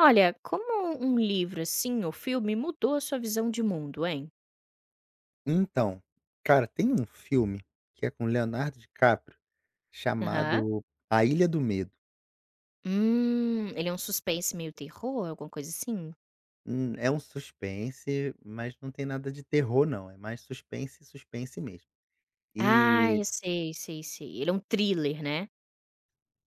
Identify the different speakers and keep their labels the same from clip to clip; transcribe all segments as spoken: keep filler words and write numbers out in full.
Speaker 1: Olha, como um livro, assim, ou filme mudou a sua visão de mundo, hein?
Speaker 2: Então, cara, tem um filme que é com Leonardo DiCaprio,
Speaker 1: Aham.
Speaker 2: chamado A Ilha do Medo.
Speaker 1: Hum, ele é um suspense meio terror, alguma coisa assim?
Speaker 2: Hum, é um suspense, mas não tem nada de terror não, é mais suspense, suspense mesmo.
Speaker 1: Ah,
Speaker 2: E
Speaker 1: eu sei, sei, sei. Ele é um thriller, né?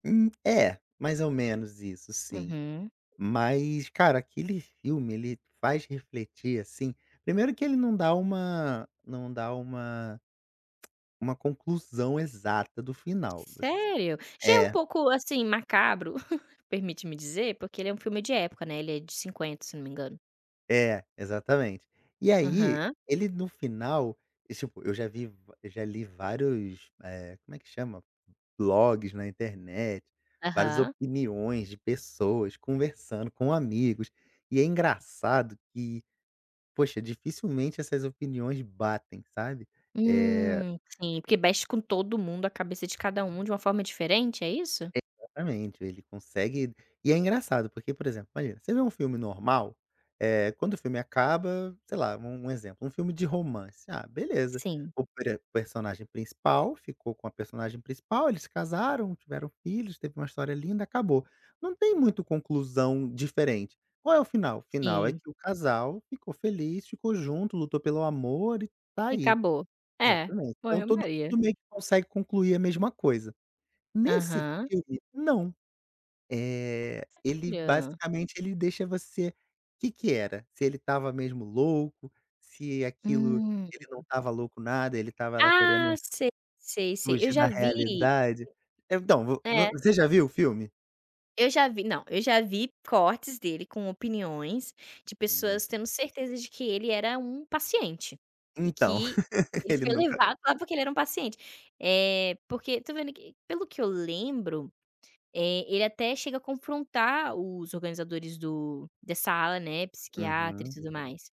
Speaker 2: hum, é, mais ou menos isso, sim.
Speaker 1: Uhum.
Speaker 2: Mas, cara, aquele filme, ele faz refletir, assim, primeiro que ele não dá uma não dá uma uma conclusão exata do final. Você
Speaker 1: Sério? Já é um
Speaker 2: é.
Speaker 1: pouco, assim, macabro, permite-me dizer, porque ele é um filme de época, né? Ele é de cinquenta, se não me engano.
Speaker 2: É, exatamente. E aí,
Speaker 1: Aham,
Speaker 2: ele no final, e tipo, eu já vi va já li vários, eh, como é que chama? Blogs na internet, várias
Speaker 1: aham.
Speaker 2: opiniões de pessoas conversando com amigos, e é engraçado que, poxa, dificilmente essas opiniões batem, sabe? Eh
Speaker 1: Hum, sim, porque mexe com todo mundo, a cabeça de cada um de uma forma diferente, é isso?
Speaker 2: Exatamente, ele consegue. E é engraçado, porque, por exemplo, imagina, você vê um filme normal, eh, quando o filme acaba, sei lá, um um exemplo, um filme de romance, ah, beleza,
Speaker 1: Sim,
Speaker 2: o pre personagem principal ficou com a personagem principal, eles casaram, tiveram filhos, teve uma história linda, acabou. Não tem muito conclusão diferente. Qual é o final? O final é
Speaker 1: sim.
Speaker 2: que o casal ficou feliz, ficou junto, lutou pelo amor e tá
Speaker 1: E
Speaker 2: aí.
Speaker 1: acabou. É,
Speaker 2: Exatamente. Então todo
Speaker 1: banho-maria.
Speaker 2: mundo meio que consegue concluir a mesma coisa. Nesse
Speaker 1: Aham,
Speaker 2: filme, não. Eh, ele
Speaker 1: olha.
Speaker 2: basicamente ele deixa você. O Que que era? Se ele estava mesmo louco, se aquilo,
Speaker 1: Hum.
Speaker 2: ele não estava louco nada, ele estava lá
Speaker 1: Ah,
Speaker 2: querendo
Speaker 1: sei, sei, sei. Eu
Speaker 2: fugir
Speaker 1: já
Speaker 2: da
Speaker 1: vi
Speaker 2: realidade. Então, vo
Speaker 1: é,
Speaker 2: no você já viu o filme?
Speaker 1: eu já vi não, eu já vi cortes dele com opiniões de
Speaker 2: Hum.
Speaker 1: pessoas tendo certeza de que ele era um paciente, e
Speaker 2: Então,
Speaker 1: que ele
Speaker 2: ele
Speaker 1: foi
Speaker 2: nunca.
Speaker 1: levado lá porque ele era um paciente. Eh, porque tô vendo que, pelo que eu lembro, Eh, ele até chega a confrontar os organizadores do dessa ala, né, psiquiatra e
Speaker 2: Uhum.
Speaker 1: tudo, uhum, mais.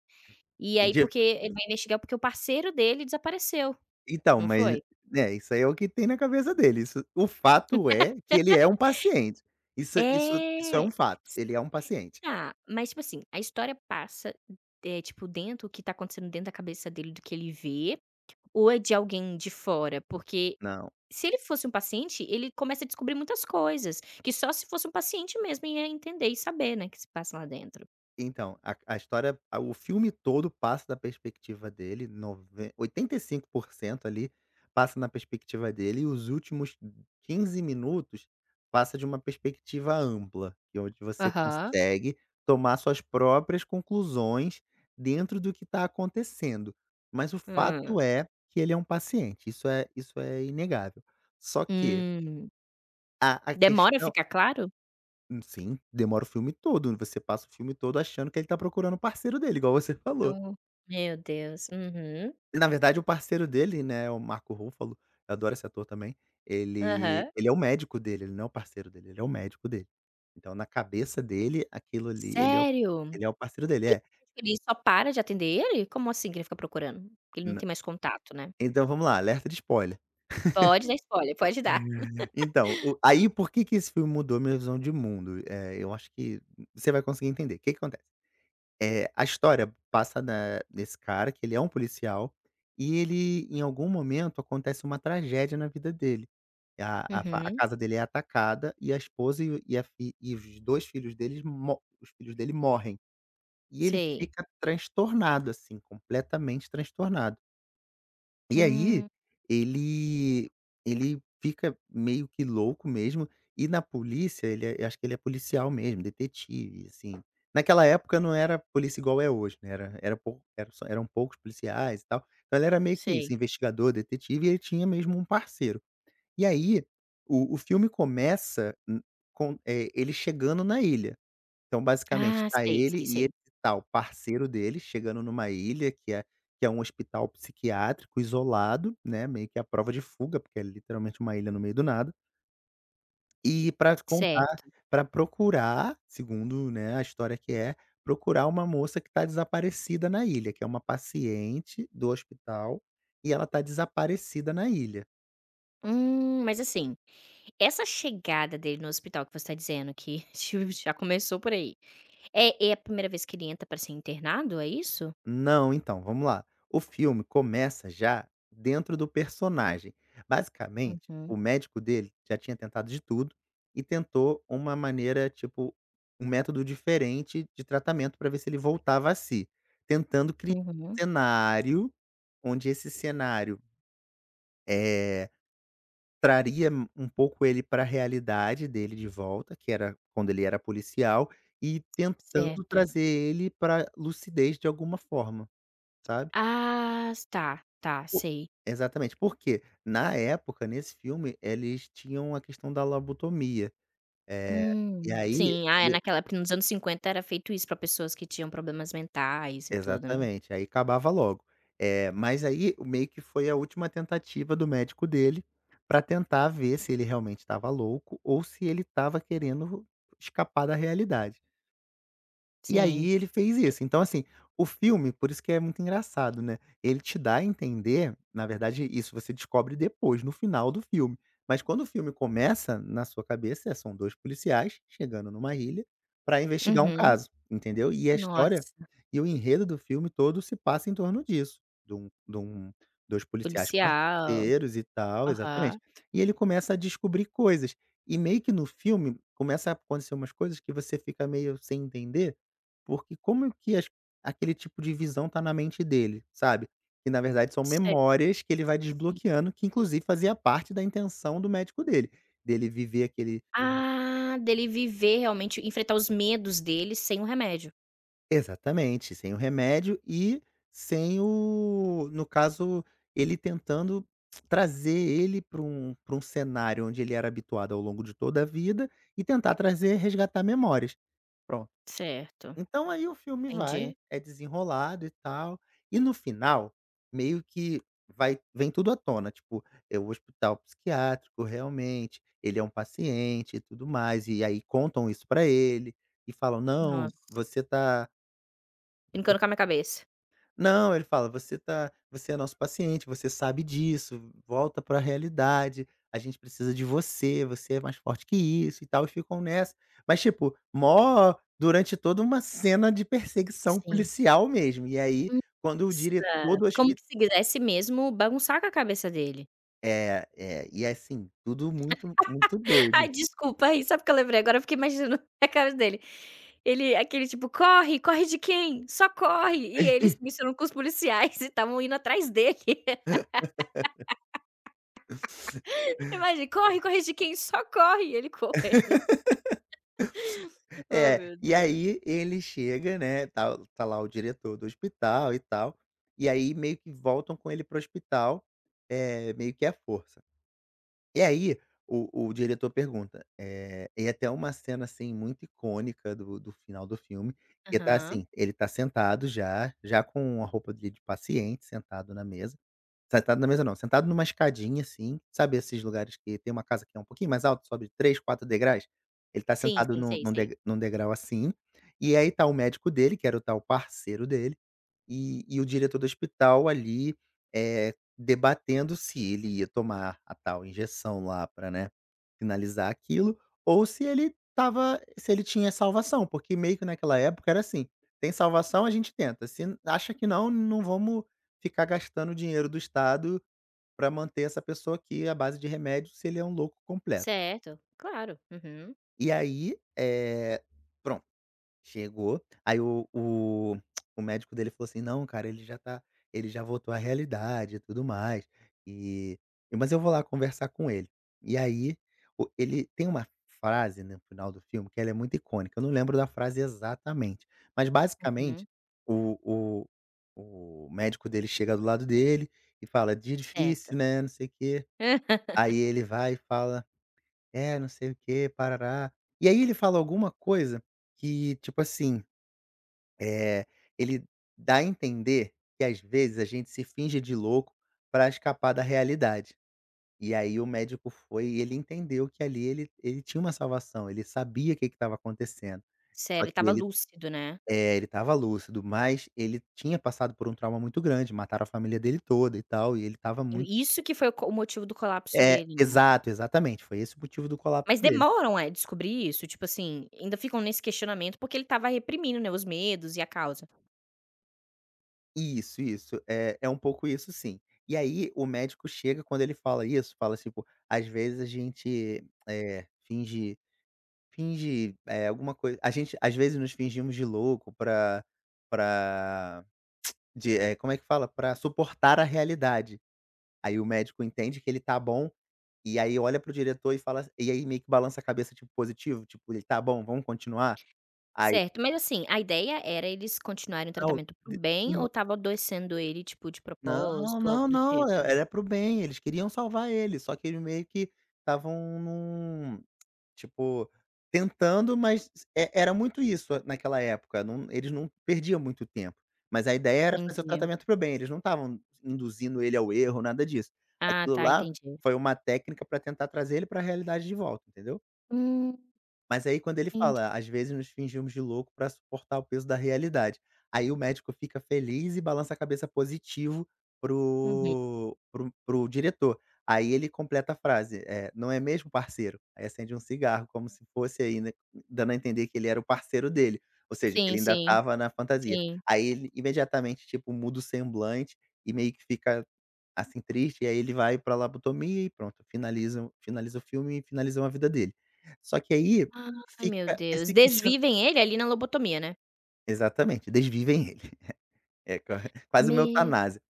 Speaker 1: E aí
Speaker 2: de
Speaker 1: porque ele vai investigar porque o parceiro dele desapareceu,
Speaker 2: Então,
Speaker 1: não
Speaker 2: mas,
Speaker 1: foi?
Speaker 2: né, isso aí é o que tem na cabeça dele, isso, o fato é que ele é um paciente. Isso isso isso é
Speaker 1: É.
Speaker 2: um fato,
Speaker 1: S-
Speaker 2: ele é um paciente.
Speaker 1: Tá, mas tipo assim, a história passa, eh, tipo, dentro o que tá acontecendo dentro da cabeça dele, do que ele vê, ou é de alguém de fora? Porque
Speaker 2: Não.
Speaker 1: se ele fosse um paciente, ele começa a descobrir muitas coisas, que só se fosse um paciente mesmo ia entender e saber, né, que se passa lá dentro.
Speaker 2: Então, a a história a o filme todo passa da perspectiva dele, nove- oitenta e cinco por cento ali, passa na perspectiva dele, e os últimos quinze minutos passa de uma perspectiva ampla, que é onde você
Speaker 1: Aham.
Speaker 2: consegue tomar suas próprias conclusões dentro do que está acontecendo. Mas o fato é que ele é um paciente, isso é isso é inegável. Só que
Speaker 1: Hum,
Speaker 2: a a
Speaker 1: Demora a
Speaker 2: questão.
Speaker 1: ficar claro?
Speaker 2: Hum, sim, demora o filme todo. Você passa o filme todo achando que ele tá procurando o parceiro dele, igual você falou.
Speaker 1: Então meu Deus, uhum,
Speaker 2: Na verdade, o parceiro dele, né, o Marco Ruffalo, eu adoro esse ator também, ele
Speaker 1: aham.
Speaker 2: ele é o médico dele, ele não é o parceiro dele, ele é o médico dele. Então na cabeça dele, aquilo ali, ele é o
Speaker 1: Sério?
Speaker 2: ele é o parceiro dele, é.
Speaker 1: Tem Ele só para de atender ele? Como assim que ele fica procurando? Ele não
Speaker 2: N
Speaker 1: tem mais contato, né.
Speaker 2: Então vamos lá, alerta de spoiler.
Speaker 1: Pode dar spoiler, pode dar.
Speaker 2: Então, o aí por que que esse filme mudou minha visão de mundo? Eh, eu acho que você vai conseguir entender. O Que que acontece? Eh, a história passa na nesse cara que ele é um policial, e ele em algum momento acontece uma tragédia na vida dele. A a fa a
Speaker 1: Uhum,
Speaker 2: casa dele é atacada e a esposa e e a fi e os dois filhos deles mo os filhos dele morrem. E ele
Speaker 1: sei.
Speaker 2: fica transtornado, assim, completamente transtornado. E aí,
Speaker 1: Hum,
Speaker 2: ele ele fica meio que louco mesmo, e na polícia ele é acho que ele é policial mesmo, detetive, assim. Naquela época não era polícia igual é hoje, né, era era pou era só eram poucos policiais e tal. Então ele era meio que
Speaker 1: sei.
Speaker 2: isso, investigador, detetive, e ele tinha mesmo um parceiro. E aí, o o filme começa, hum, com, eh, ele chegando na ilha. Então, basicamente,
Speaker 1: Ah,
Speaker 2: tá
Speaker 1: sei,
Speaker 2: ele
Speaker 1: sei,
Speaker 2: e esse
Speaker 1: sei.
Speaker 2: tal parceiro dele chegando numa ilha que é que é um hospital psiquiátrico isolado, né, meio que a prova de fuga, porque é literalmente uma ilha no meio do nada, e pra contar
Speaker 1: Certo.
Speaker 2: pra procurar, segundo, né, a história, que é procurar uma moça que tá desaparecida na ilha, que é uma paciente do hospital, e ela tá desaparecida na ilha.
Speaker 1: Hum, mas assim, essa chegada dele no hospital que você tá dizendo que tipo, já começou por aí, é é a primeira vez que ele entra pra ser internado, é isso?
Speaker 2: Não, então, vamos lá. O filme começa já dentro do personagem. Basicamente,
Speaker 1: Uhum,
Speaker 2: o médico dele já tinha tentado de tudo e tentou uma maneira, tipo, um método diferente de tratamento para ver se ele voltava a si, tentando criar
Speaker 1: uhum,
Speaker 2: um cenário, onde esse cenário, eh, traria m- um pouco ele para a realidade dele de volta, que era quando ele era policial, e tentando
Speaker 1: certo.
Speaker 2: trazer ele para lucidez de alguma forma, sabe?
Speaker 1: Ah, tá, tá,
Speaker 2: O
Speaker 1: sei.
Speaker 2: Exatamente, porque na época, nesse filme, eles tinham a questão da lobotomia, eh, e
Speaker 1: Hum,
Speaker 2: aí
Speaker 1: sim. Ah, é
Speaker 2: ele,
Speaker 1: naquela época, nos anos cinquenta era feito isso pra pessoas que tinham problemas mentais e tudo, né.
Speaker 2: exatamente, aí acabava logo. Eh, mas aí o meio que foi a última tentativa do médico dele para tentar ver se ele realmente estava louco ou se ele estava querendo escapar da realidade. E aí
Speaker 1: Sim,
Speaker 2: ele fez isso. Então, assim, o filme, por isso que é muito engraçado, né, ele te dá a entender, na verdade, isso você descobre depois, no final do filme. Mas quando o filme começa, na sua cabeça, eh, são dois policiais chegando numa ilha para investigar um
Speaker 1: uhum.
Speaker 2: caso, entendeu. E a história
Speaker 1: Nossa,
Speaker 2: e o enredo do filme todo se passa em torno disso, de um de um dois policiais
Speaker 1: policial.
Speaker 2: parceiros e tal,
Speaker 1: Aham.
Speaker 2: exatamente. E ele começa a descobrir coisas. E meio que no filme começa a acontecer umas coisas que você fica meio sem entender, porque como que as, aquele tipo de visão tá na mente dele, sabe. Que na verdade são
Speaker 1: Sei,
Speaker 2: memórias que ele vai
Speaker 1: sim.
Speaker 2: desbloqueando, que inclusive fazia parte da intenção do médico dele, dele viver aquele,
Speaker 1: Ah, dele viver realmente, enfrentar os medos dele sem o remédio.
Speaker 2: exatamente, sem o remédio e sem o no caso, ele tentando trazer ele para um pra um cenário onde ele era habituado ao longo de toda a vida e tentar trazer resgatar memórias. Pronto.
Speaker 1: Certo,
Speaker 2: Então aí o filme
Speaker 1: entendi.
Speaker 2: vai, é desenrolado e tal, e no final, meio que vai vem tudo à tona, tipo, é o hospital psiquiátrico realmente, ele é um paciente e tudo mais, e aí contam isso pra ele, e falam: "Não,
Speaker 1: Nossa,
Speaker 2: você tá".
Speaker 1: brincando com a minha cabeça.
Speaker 2: Não, ele fala: "Você tá, você é nosso paciente, você sabe disso, volta pra realidade, a gente precisa de você, você é mais forte que isso e tal", e ficam nessa. Mas, tipo, mó, durante toda uma cena de perseguição
Speaker 1: Sim.
Speaker 2: policial mesmo. E aí, quando o
Speaker 1: Nossa,
Speaker 2: diretor do
Speaker 1: como
Speaker 2: hospital
Speaker 1: que se quisesse mesmo bagunçar com a cabeça dele.
Speaker 2: é, é, e assim, tudo muito, muito
Speaker 1: Ai,
Speaker 2: doido.
Speaker 1: desculpa, aí sabe o que eu lembrei agora? Eu fiquei imaginando a cara dele. Ele aquele tipo: "Corre, corre de quem? Só corre!" E eles se misturando com os policiais e estavam indo atrás dele. Imagina: "Corre, corre de quem? Só corre!" E ele correndo. Oh,
Speaker 2: É,
Speaker 1: meu
Speaker 2: e
Speaker 1: Deus.
Speaker 2: aí ele chega, né, tá tá lá o diretor do hospital e tal, e aí meio que voltam com ele pro hospital, é meio que à força. E aí, o o diretor pergunta, eh, e até uma cena, assim, muito icônica do do final do filme, que tá
Speaker 1: Aham.
Speaker 2: assim, ele tá sentado já, já com a roupa de de paciente, sentado na mesa, sentado na mesa não, sentado numa escadinha, assim, sabe esses lugares que tem uma casa que é um pouquinho mais alta, sobe três, quatro degraus? Ele tá
Speaker 1: Sim,
Speaker 2: sentado
Speaker 1: sim,
Speaker 2: num
Speaker 1: sei,
Speaker 2: num
Speaker 1: sei.
Speaker 2: de num degrau assim, e aí tá o médico dele, que era o tal parceiro dele, e e o diretor do hospital ali, é, debatendo se ele ia tomar a tal injeção lá para, né, finalizar aquilo, ou se ele estava, se ele tinha salvação, porque meio que naquela época era assim: "Tem salvação, a gente tenta, se acha que não, não vamos ficar gastando o dinheiro do estado para manter essa pessoa aqui à base de remédio, se ele é um louco completo".
Speaker 1: Certo, claro. Uhum.
Speaker 2: E aí, é, pronto. Chegou, aí o o o médico dele falou assim: "Não, cara, ele já tá, ele já voltou à realidade e tudo mais, e e mas eu vou lá conversar com ele". E aí, o ele tem uma frase no final do filme, que ela é muito icônica, eu não lembro da frase exatamente, mas
Speaker 1: Uhum,
Speaker 2: basicamente o o o médico dele chega do lado dele e fala: "Dia
Speaker 1: certo.
Speaker 2: difícil, né, não sei o quê". Aí ele vai e fala: "É, não sei o quê, parará". E aí ele fala alguma coisa que, tipo assim, eh, ele dá a entender que às vezes a gente se finge de louco para escapar da realidade. E aí o médico foi e ele entendeu que ali ele, ele tinha uma salvação, ele sabia o que que estava acontecendo.
Speaker 1: Sério,
Speaker 2: Só
Speaker 1: ele
Speaker 2: que
Speaker 1: estava
Speaker 2: ele
Speaker 1: lúcido, né.
Speaker 2: é, ele estava lúcido, mas ele tinha passado por um trauma muito grande, mataram a família dele toda e tal, e ele estava muito,
Speaker 1: E isso que foi o co o motivo do colapso
Speaker 2: é,
Speaker 1: dele, né.
Speaker 2: exato, exatamente, foi esse o motivo do colapso
Speaker 1: Mas
Speaker 2: dele.
Speaker 1: demoram a descobrir isso? Tipo assim, ainda ficam nesse questionamento, porque ele estava reprimindo, né, os medos e a causa.
Speaker 2: Isso, isso. É, é um pouco isso sim. E aí o médico chega quando ele fala isso, fala tipo, às vezes a gente, eh, finge, finge, eh, alguma coisa, a gente às vezes nos fingimos de louco pra pra de, eh, como é que fala? Pra suportar a realidade. Aí o médico entende que ele tá bom, e aí olha pro diretor e fala e aí meio que balança a cabeça tipo positivo, tipo ele: "Tá bom, vamos continuar?" Aí
Speaker 1: Certo, mas assim, a ideia era eles continuarem o tratamento pro bem ou
Speaker 2: não.
Speaker 1: tava adoecendo ele, tipo, de
Speaker 2: Não,
Speaker 1: propósito,
Speaker 2: não,
Speaker 1: algo do
Speaker 2: não,
Speaker 1: tipo?
Speaker 2: é era para o bem, eles queriam salvar ele, só que eles meio que estavam num tipo, tentando, mas é era muito isso naquela época, não eles não perdiam muito tempo, mas a ideia era fazer o
Speaker 1: Entendi.
Speaker 2: tratamento para o bem, eles não estavam induzindo ele ao erro, nada disso.
Speaker 1: Ah,
Speaker 2: Aquilo
Speaker 1: tá,
Speaker 2: lá
Speaker 1: entendi.
Speaker 2: foi uma técnica para tentar trazer ele para a realidade de volta, entendeu?
Speaker 1: Hum,
Speaker 2: Mas aí quando ele fala:
Speaker 1: entendi.
Speaker 2: "Às vezes nos fingimos de louco para suportar o peso da realidade". Aí o médico fica feliz e balança a cabeça positivo
Speaker 1: Uhum.
Speaker 2: pro pro para diretor. Aí ele completa a frase, eh: "Não é mesmo, parceiro?". Aí acende um cigarro como se fosse ainda dando a entender que ele era o parceiro dele, ou seja, que
Speaker 1: Sim,
Speaker 2: ele ainda
Speaker 1: sim,
Speaker 2: estava na fantasia.
Speaker 1: sim.
Speaker 2: Aí ele imediatamente, tipo, muda o semblante e meio que fica assim, triste, e aí ele vai pra labotomia e pronto, finaliza finaliza o filme e finalizam a vida dele. Só que aí
Speaker 1: Ai, meu
Speaker 2: fica
Speaker 1: Deus.
Speaker 2: esse questionamento
Speaker 1: Desvivem ele ali na lobotomia, né?
Speaker 2: exatamente, desvivem ele. É qua quase uma
Speaker 1: Medo.
Speaker 2: eutanásia.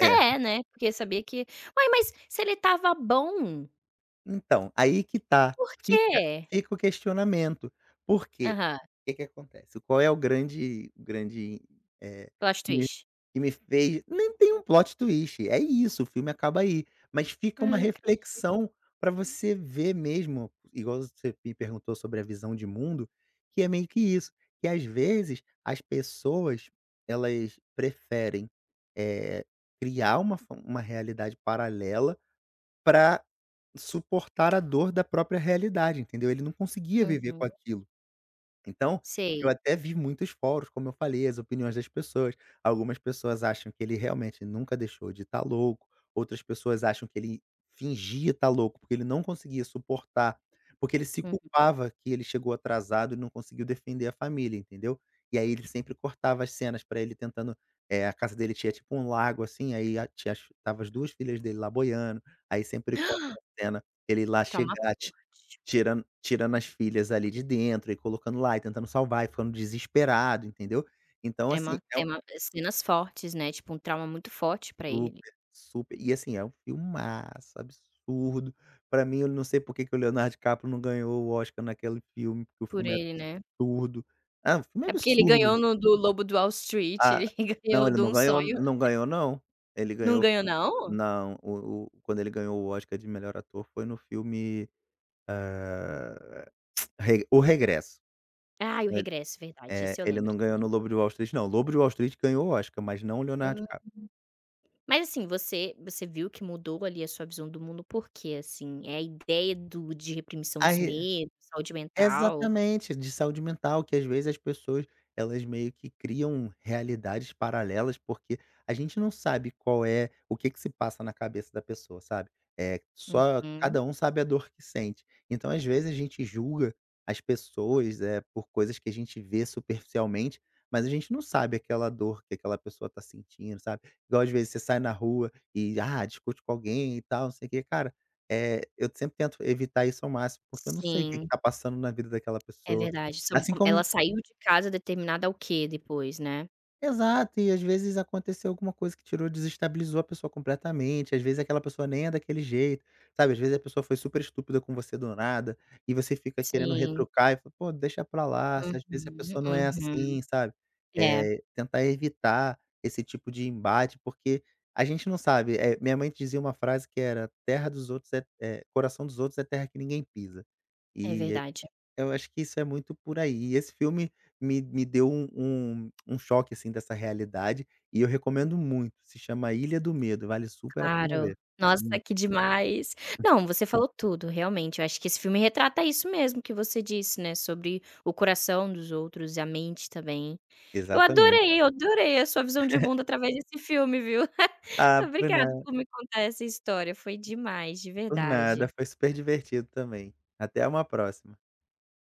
Speaker 2: É.
Speaker 1: É, né, porque sabia que uai, mas se ele tava bom,
Speaker 2: Então, aí que tá,
Speaker 1: por
Speaker 2: fica
Speaker 1: quê?
Speaker 2: fica o questionamento, por quê?
Speaker 1: Aham,
Speaker 2: O que que acontece, qual é o grande o grande, eh,
Speaker 1: plot
Speaker 2: que me
Speaker 1: twist.
Speaker 2: que me fez nem tem um plot twist, é isso, o filme acaba aí, mas
Speaker 1: Ah,
Speaker 2: fica uma
Speaker 1: não acredito.
Speaker 2: reflexão para você ver mesmo, igual você me perguntou sobre a visão de mundo, que é meio que isso, que às vezes as pessoas elas preferem, eh, criar uma fa uma realidade paralela para suportar a dor da própria realidade, entendeu? Ele não conseguia viver com
Speaker 1: Uhum,
Speaker 2: aquilo. Então, eu
Speaker 1: sei.
Speaker 2: até vi muitos fóruns, como eu falei, as opiniões das pessoas. Algumas pessoas acham que ele realmente nunca deixou de estar louco, outras pessoas acham que ele fingia estar louco, porque ele não conseguia suportar, porque ele se
Speaker 1: Uhum.
Speaker 2: culpava que ele chegou atrasado e não conseguiu defender a família, entendeu? E aí ele sempre cortava as cenas pra ele tentando eh, a casa dele tinha tipo um lago assim, aí a tinha as tava as duas filhas dele lá boiando, aí sempre corta a cena, ele lá
Speaker 1: Trauma
Speaker 2: chegar
Speaker 1: forte.
Speaker 2: Tirando tirando as filhas ali de dentro e colocando lá e tentando salvar e ficando desesperado, entendeu. Então assim,
Speaker 1: Tema
Speaker 2: é um
Speaker 1: tema cenas fortes, né, tipo um trauma muito forte pra ele
Speaker 2: super, super e assim, é um filmaço absurdo. Pra mim, eu não sei por que que o Leonardo DiCaprio não ganhou o Oscar naquele filme, porque o
Speaker 1: por
Speaker 2: filme é
Speaker 1: ele, né.
Speaker 2: absurdo. Ah, o filme é
Speaker 1: É porque ele ganhou
Speaker 2: absurdo.
Speaker 1: no do Lobo do Wall Street,
Speaker 2: Ah,
Speaker 1: ele
Speaker 2: não,
Speaker 1: ganhou
Speaker 2: ele
Speaker 1: de
Speaker 2: não
Speaker 1: Um
Speaker 2: ganhou
Speaker 1: Sonho
Speaker 2: não ganhou não. Ele
Speaker 1: não
Speaker 2: ganhou
Speaker 1: ganhou não?
Speaker 2: não, o o quando ele ganhou o Oscar de melhor ator foi no filme Re O Regresso.
Speaker 1: Ah, O
Speaker 2: Né?
Speaker 1: Regresso, verdade,
Speaker 2: É,
Speaker 1: isso eu
Speaker 2: ele
Speaker 1: lembro,
Speaker 2: não
Speaker 1: esse eu
Speaker 2: ganhou no
Speaker 1: lembro.
Speaker 2: Lobo de Wall Street não, O Lobo de Wall Street ganhou o Oscar, mas não o Leonardo
Speaker 1: Hum.
Speaker 2: DiCaprio.
Speaker 1: Mas assim, você você viu que mudou ali a sua visão do mundo por quê, assim? É a ideia do de reprimição dos medos, saúde mental?
Speaker 2: Exatamente, de saúde mental, que às vezes as pessoas, elas meio que criam realidades paralelas, porque a gente não sabe qual é o que que se passa na cabeça da pessoa, sabe. É só
Speaker 1: Uhum,
Speaker 2: cada um sabe a dor que sente. Então, às vezes, a gente julga as pessoas, é por coisas que a gente vê superficialmente, mas a gente não sabe aquela dor que aquela pessoa tá sentindo, sabe. Igual às vezes você sai na rua e, ah, discute com alguém e tal, não sei o quê. Cara, eh, eu sempre tento evitar isso ao máximo, porque eu não sei o que que
Speaker 1: sim.
Speaker 2: tá passando na vida daquela
Speaker 1: É
Speaker 2: pessoa.
Speaker 1: verdade, são
Speaker 2: Assim
Speaker 1: com ela
Speaker 2: como
Speaker 1: saiu de casa determinada ao quê depois, né.
Speaker 2: exato, e às vezes aconteceu alguma coisa que tirou desestabilizou a pessoa completamente, às vezes aquela pessoa nem é daquele jeito, sabe, às vezes a pessoa foi super estúpida com você do nada, e você fica querendo
Speaker 1: Sim.
Speaker 2: retrucar e fala: "Pô, deixa pra lá", às vezes a
Speaker 1: Uhum,
Speaker 2: pessoa não é
Speaker 1: uhum.
Speaker 2: assim, sabe.
Speaker 1: É,
Speaker 2: Eh, tentar evitar esse tipo de embate, porque a gente não sabe, eh, minha mãe dizia uma frase que era: "Terra dos outros é é coração dos outros é terra que ninguém pisa".
Speaker 1: é
Speaker 2: E
Speaker 1: verdade.
Speaker 2: eu acho que isso é muito por aí. E esse filme me me deu um um um choque, assim, dessa realidade, e eu recomendo muito. Se chama Ilha do Medo, vale super a pena
Speaker 1: Claro.
Speaker 2: ver.
Speaker 1: Nossa,
Speaker 2: Hum,
Speaker 1: que demais. Não, você falou tudo, realmente, eu acho que esse filme retrata isso mesmo que você disse, né, sobre o coração dos outros e a mente também. Eu
Speaker 2: exatamente.
Speaker 1: adorei, eu adorei a sua visão de mundo através desse filme, viu.
Speaker 2: Ah, por
Speaker 1: Obrigada
Speaker 2: nada,
Speaker 1: por me contar essa história, foi demais, de
Speaker 2: por
Speaker 1: verdade.
Speaker 2: nada. Foi super divertido também. Até uma próxima.